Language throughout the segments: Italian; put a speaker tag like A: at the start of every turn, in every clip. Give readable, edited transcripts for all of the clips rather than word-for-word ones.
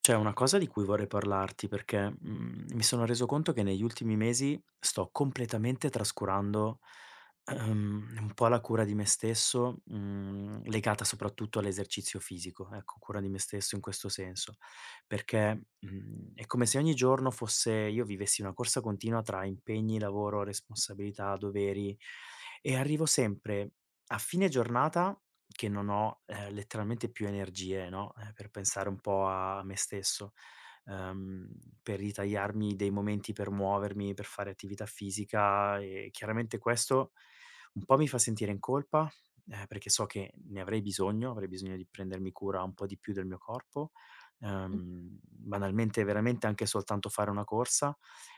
A: C'è una cosa di cui vorrei parlarti perché, mi sono reso conto che negli ultimi mesi sto completamente trascurando, un po' la cura di me stesso, legata soprattutto all'esercizio fisico, ecco, cura di me stesso in questo senso. Perché, è come se ogni giorno fosse io vivessi una corsa continua tra impegni, lavoro, responsabilità, doveri e arrivo sempre a fine giornata che non ho, letteralmente più energie, no, per pensare un po' a me stesso, ehm, per ritagliarmi dei momenti per muovermi, per fare attività fisica e chiaramente questo un po' mi fa sentire in colpa, perché so che ne avrei bisogno di prendermi cura un po' di più del mio corpo,
B: Mh,
A: banalmente veramente anche soltanto fare una corsa,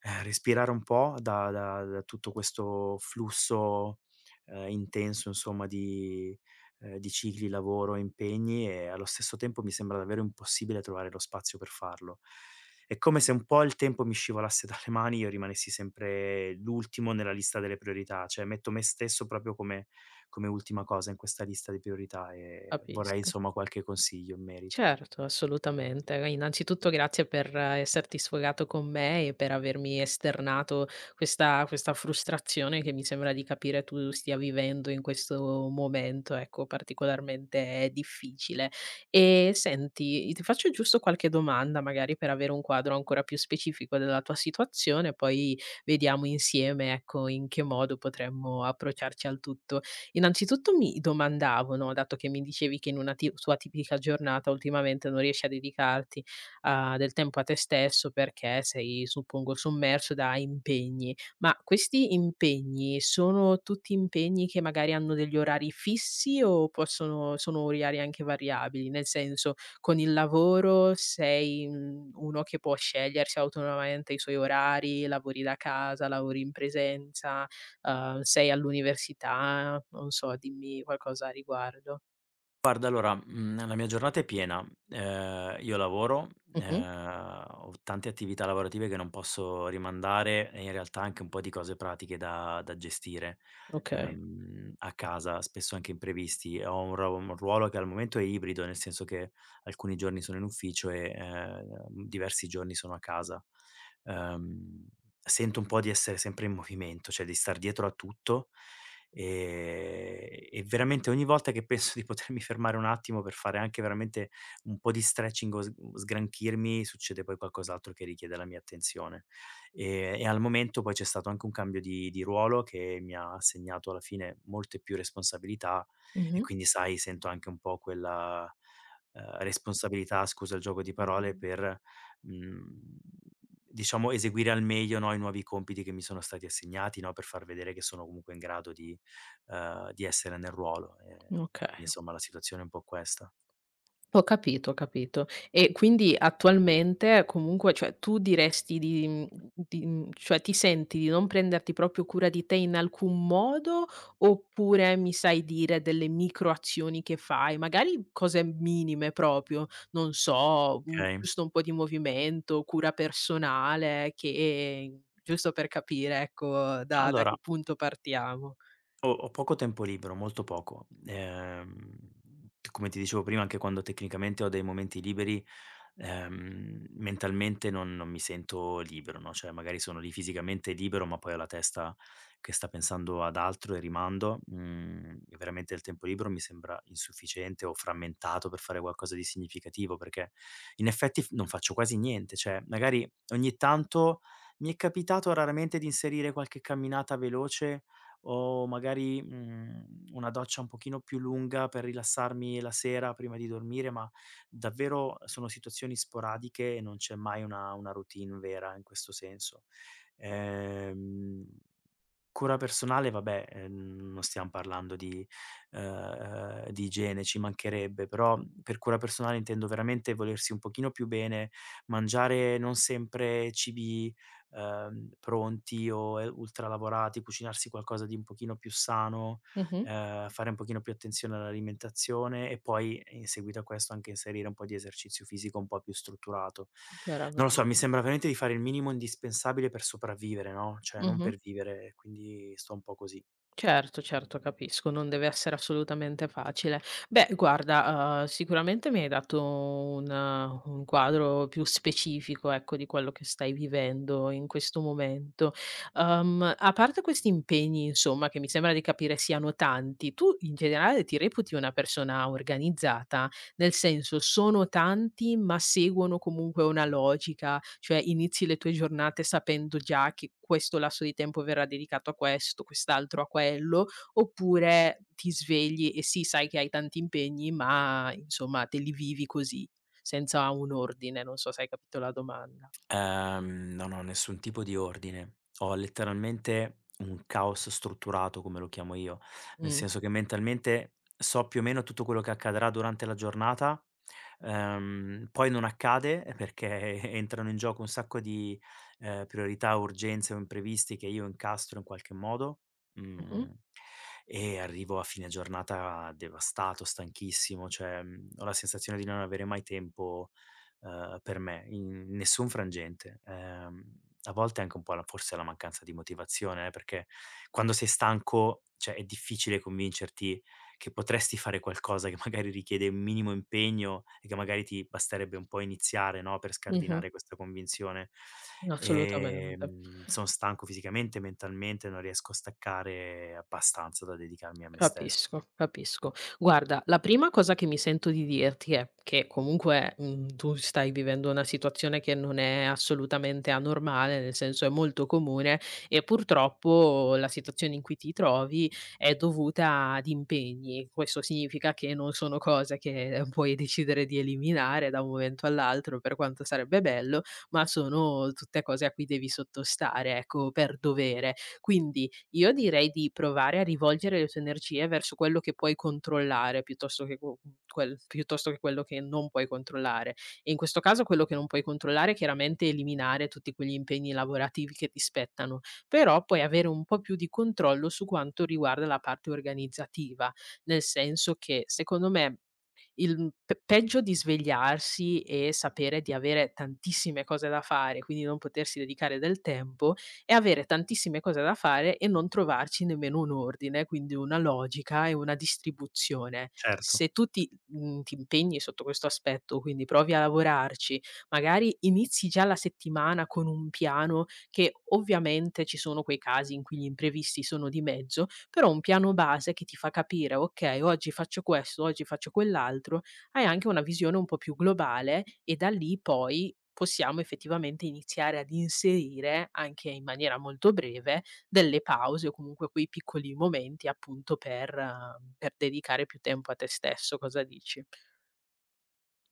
A: respirare un po' da tutto questo flusso, intenso insomma di cicli, lavoro, impegni e allo stesso tempo mi sembra davvero impossibile trovare lo spazio per farlo. È come se un po' il tempo mi scivolasse dalle mani, e io rimanessi sempre l'ultimo nella lista delle priorità, cioè metto me stesso proprio come ultima cosa in questa lista di priorità e vorrei
B: capisco.
A: insomma qualche consiglio in merito.
B: Certo, assolutamente. Beh, innanzitutto grazie per esserti sfogato con me e per avermi esternato questa frustrazione che mi sembra di capire tu stia vivendo in questo momento, ecco, particolarmente difficile. E senti, ti faccio giusto qualche domanda, magari per avere un quadro ancora più specifico della tua situazione, poi vediamo insieme, ecco, in che modo potremmo approcciarci al tutto. Innanzitutto mi domandavo, no, dato che mi dicevi che in una ti sua tipica giornata ultimamente non riesci a dedicarti, del tempo a te stesso perché sei, suppongo, sommerso da impegni. Ma questi impegni sono tutti impegni che magari hanno degli orari fissi o possono sono orari anche variabili? Nel senso, con il lavoro sei, uno che può scegliersi autonomamente i suoi orari, lavori da casa, lavori in presenza? Sei all'università? Non so, dimmi qualcosa a riguardo.
A: Guarda allora, la mia giornata è piena. Io lavoro,
B: Mh-mh,
A: ho tante attività lavorative che non posso rimandare e in realtà anche un po' di cose pratiche da gestire,
B: okay,
A: a casa, spesso anche imprevisti. Ho un ruolo che al momento è ibrido, nel senso che alcuni giorni sono in ufficio e, diversi giorni sono a casa. ehm, Sento un po' di essere sempre in movimento, cioè di star dietro a tutto e veramente ogni volta che penso di potermi fermare un attimo per fare anche veramente un po' di stretching o s sgranchirmi, succede poi qualcos'altro che richiede la mia attenzione. E al momento poi c'è stato anche un cambio di ruolo che mi ha assegnato alla fine molte più responsabilità e
B: mh-mh,
A: quindi sai, sento anche un po' quella, responsabilità, scusa il gioco di parole, per Mhmm, diciamo eseguire al meglio, no, i nuovi compiti che mi sono stati assegnati, no, per far vedere che sono comunque in grado di essere nel ruolo. Quindi
B: okay.
A: insomma la situazione è un po' questa,
B: Ho capito, ho capito. E quindi attualmente comunque, cioè tu diresti di cioè ti senti di non prenderti proprio cura di te in alcun modo, oppure mi sai dire delle micro azioni che fai, magari cose minime proprio, non so,
A: okay?
B: giusto un po' di movimento, cura personale che giusto per capire ecco da
A: Allora,
B: che punto partiamo.
A: ho poco tempo libero, molto poco. Come ti dicevo prima, anche quando tecnicamente ho dei momenti liberi, mentalmente non mi sento libero, no, cioè magari sono lì fisicamente libero, ma poi ho la testa che sta pensando ad altro e rimando. Mhmm, e veramente il tempo libero mi sembra insufficiente o frammentato per fare qualcosa di significativo, perché in effetti f non faccio quasi niente, cioè magari ogni tanto mi è capitato raramente di inserire qualche camminata veloce o magari, una doccia un pochino più lunga per rilassarmi la sera prima di dormire, ma davvero sono situazioni sporadiche e non c'è mai una routine vera in questo senso. Ehm Cura personale vabbè, non stiam parlando di igiene, ci mancherebbe, però per cura personale intendo veramente volersi un pochino più bene, mangiare non sempre cibi, pronti o, ultralavorati, cucinarsi qualcosa di un pochino più sano.
B: Mh-mh,
A: Fare un pochino più attenzione all'alimentazione e poi, in seguito a questo, anche inserire un po' di esercizio fisico un po' più strutturato. Non lo so,
B: chiaramente.
A: mi sembra veramente di fare il minimo indispensabile per sopravvivere, no, cioè non
B: Mh-mh.
A: per vivere, quindi sto un po' così.
B: Certo, certo, capisco, non deve essere assolutamente facile. Beh, guarda, sicuramente mi hai dato un quadro più specifico, ecco, di quello che stai vivendo in questo momento. A parte questi impegni, insomma, che mi sembra di capire siano tanti, tu in generale ti reputi una persona organizzata? Nel senso, sono tanti, ma seguono comunque una logica, cioè inizi le tue giornate sapendo già che questo lasso di tempo verrà dedicato a questo, quest'altro a quello, oppure ti svegli e sì, sai che hai tanti impegni, ma insomma te li vivi così, senza un ordine, non so se hai capito la domanda.
A: Non ho nessun tipo di ordine. Ho letteralmente un caos strutturato, come lo chiamo io, nel
B: Mh.
A: senso che mentalmente so più o meno tutto quello che accadrà durante la giornata, poi non accade perché entrano in gioco un sacco di, priorità, urgenze o imprevisti che io incastro in qualche modo,
B: Mh-mh.
A: mhmm, e arrivo a fine giornata devastato, stanchissimo, cioè, ho la sensazione di non avere mai tempo per me, in nessun frangente. A volte è anche un po' la forse la mancanza di motivazione, perché quando sei stanco, cioè è difficile convincerti che potresti fare qualcosa che magari richiede un minimo impegno e che magari ti basterebbe un po' iniziare, no, per
B: Mh-mh.
A: scardinare questa convinzione.
B: Assolutamente.
A: Son stanco fisicamente, mentalmente, non riesco a staccare abbastanza da dedicarmi a me stesso.
B: Capisco, capisco. Guarda, la prima cosa che mi sento di dirti è che comunque, tu stai vivendo una situazione che non è assolutamente anormale, nel senso è molto comune e purtroppo la situazione in cui ti trovi è dovuta ad impegni. Questo significa che non sono cose che puoi decidere di eliminare da un momento all'altro, per quanto sarebbe bello, ma sono tutte cose a cui devi sottostare, ecco, per dovere. Quindi io direi di provare a rivolgere le tue energie verso quello che puoi controllare piuttosto che co mhmm, quel piuttosto che quello che non puoi controllare. E in questo caso quello che non puoi controllare, chiaramente, è chiaramente eliminare tutti quegli impegni lavorativi che ti spettano, però puoi avere un po' più di controllo su quanto riguarda la parte organizzativa. Nel senso che, secondo me, il mhmm, pe peggio di svegliarsi e sapere di avere tantissime cose da fare, quindi non potersi dedicare del tempo, è avere tantissime cose da fare e non trovarci nemmeno un ordine, quindi una logica e una distribuzione.
A: Certo.
B: Se tu ti ti impegni sotto questo aspetto, quindi provi a lavorarci, magari inizi già la settimana con un piano che ovviamente ci sono quei casi in cui gli imprevisti sono di mezzo, però un piano base che ti fa capire: "Okay, oggi faccio questo, oggi faccio quell'altro", hai anche una visione un po' più globale e da lì poi possiamo effettivamente iniziare ad inserire, anche in maniera molto breve, delle pause o comunque quei piccoli momenti appunto per dedicare più tempo a te stesso. Cosa dici?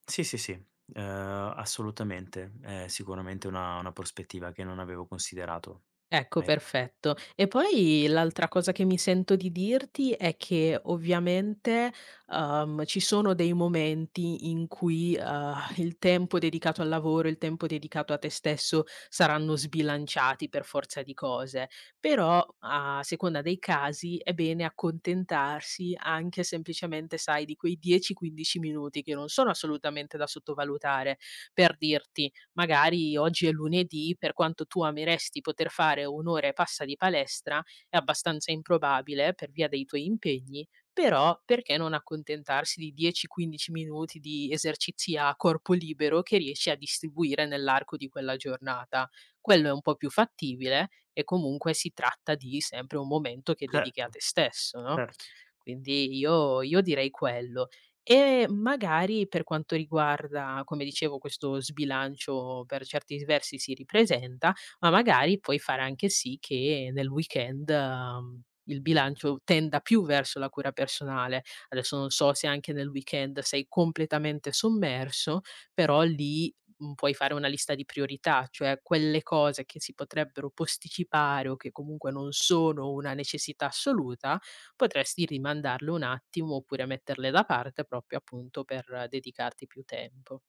A: Sì, sì, sì, assolutamente. È sicuramente una prospettiva che non avevo considerato.
B: Ecco, perfetto. E poi l'altra cosa che mi sento di dirti è che ovviamente, ci sono dei momenti in cui, il tempo dedicato al lavoro, il tempo dedicato a te stesso saranno sbilanciati per forza di cose, però a seconda dei casi è bene accontentarsi anche semplicemente, sai, di quei 10, 15 minuti che non sono assolutamente da sottovalutare. Per dirti magari oggi è lunedì, per quanto tu ameresti poter fare un'ora e passa di palestra, è abbastanza improbabile per via dei tuoi impegni, però perché non accontentarsi di 10-15 minuti di esercizi a corpo libero che riesci a distribuire nell'arco di quella giornata? Quello è un po' più fattibile e comunque si tratta di sempre un momento che dedichi
A: Certo,
B: a te stesso, no?
A: certo.
B: Quindi io direi quello. E magari per quanto riguarda, come dicevo, questo sbilancio per certi versi si ripresenta, ma magari puoi fare anche sì che nel weekend, il bilancio tenda più verso la cura personale. Adesso non so se anche nel weekend sei completamente sommerso, però lì, puoi fare una lista di priorità, cioè quelle cose che si potrebbero posticipare o che comunque non sono una necessità assoluta, potresti rimandarlo un attimo oppure metterle da parte proprio appunto per dedicarti più tempo.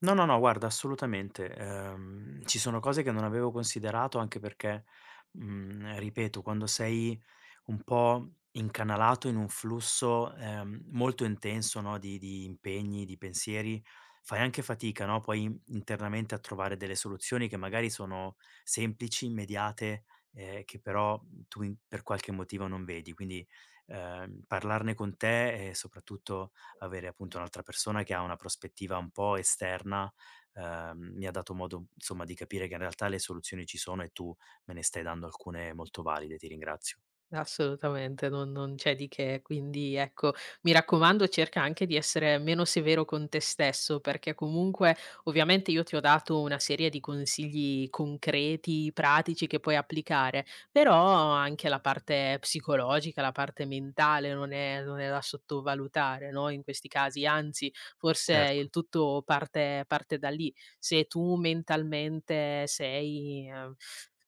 A: No, no, no, guarda, assolutamente. Ci sono cose che non avevo considerato anche perché, ripeto, quando sei un po' incanalato in un flusso, molto intenso, no, di impegni, di pensieri, fai anche fatica, no, poi internamente a trovare delle soluzioni che magari sono semplici, immediate, che però tu in per qualche motivo non vedi. Quindi, parlarne con te e soprattutto avere appunto un'altra persona che ha una prospettiva un po' esterna, mi ha dato modo insomma di capire che in realtà le soluzioni ci sono e tu me ne stai dando alcune molto valide, ti ringrazio.
B: Assolutamente, non c'è di che. Quindi ecco, mi raccomando cerca anche di essere meno severo con te stesso, perché comunque ovviamente io ti ho dato una serie di consigli concreti, pratici che puoi applicare, però anche la parte psicologica, la parte mentale non è da sottovalutare, no, in questi casi, anzi forse
A: Certo,
B: il tutto parte da lì. Se tu mentalmente sei ehm,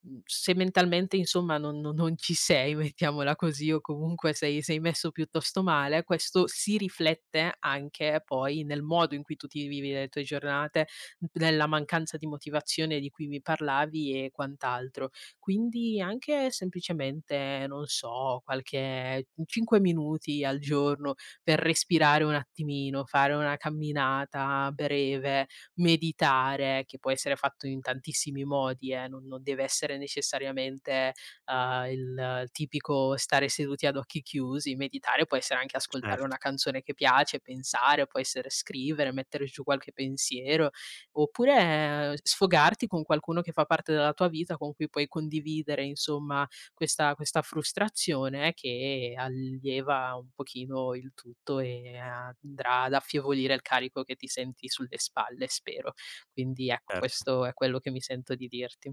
B: mhmm, se mentalmente insomma non ci sei, mettiamola così, o comunque sei messo piuttosto male, questo si riflette anche poi nel modo in cui tu ti vivi le tue giornate, nella mancanza di motivazione di cui mi parlavi e quant'altro. Quindi anche semplicemente, non so, qualche 5 minuti al giorno per respirare un attimino, fare una camminata breve, meditare, che può essere fatto in tantissimi modi, non deve essere necessariamente, il tipico stare seduti ad occhi chiusi. Meditare può essere anche ascoltare una
A: certo,
B: canzone che piace, pensare, può essere scrivere, mettere giù qualche pensiero, oppure sfogarti con qualcuno che fa parte della tua vita, con cui puoi condividere insomma questa frustrazione che allieva un pochino il tutto e andrà ad affievolire il carico che ti senti sulle spalle, spero. Quindi ecco,
A: certo.
B: questo è quello che mi sento di dirti.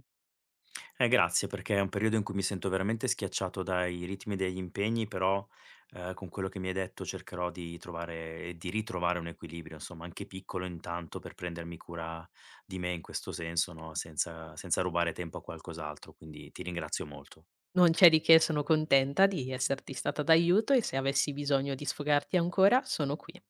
A: Grazie, perché è un periodo in cui mi sento veramente schiacciato dai ritmi degli impegni, però con quello che mi hai detto cercherò di trovare e di ritrovare un equilibrio, insomma, anche piccolo intanto per prendermi cura di me in questo senso, no? Senza rubare tempo a qualcos'altro, quindi ti ringrazio molto.
B: Non c'è di che, sono contenta di esserti stata d'aiuto e se avessi bisogno di sfogarti ancora sono qui.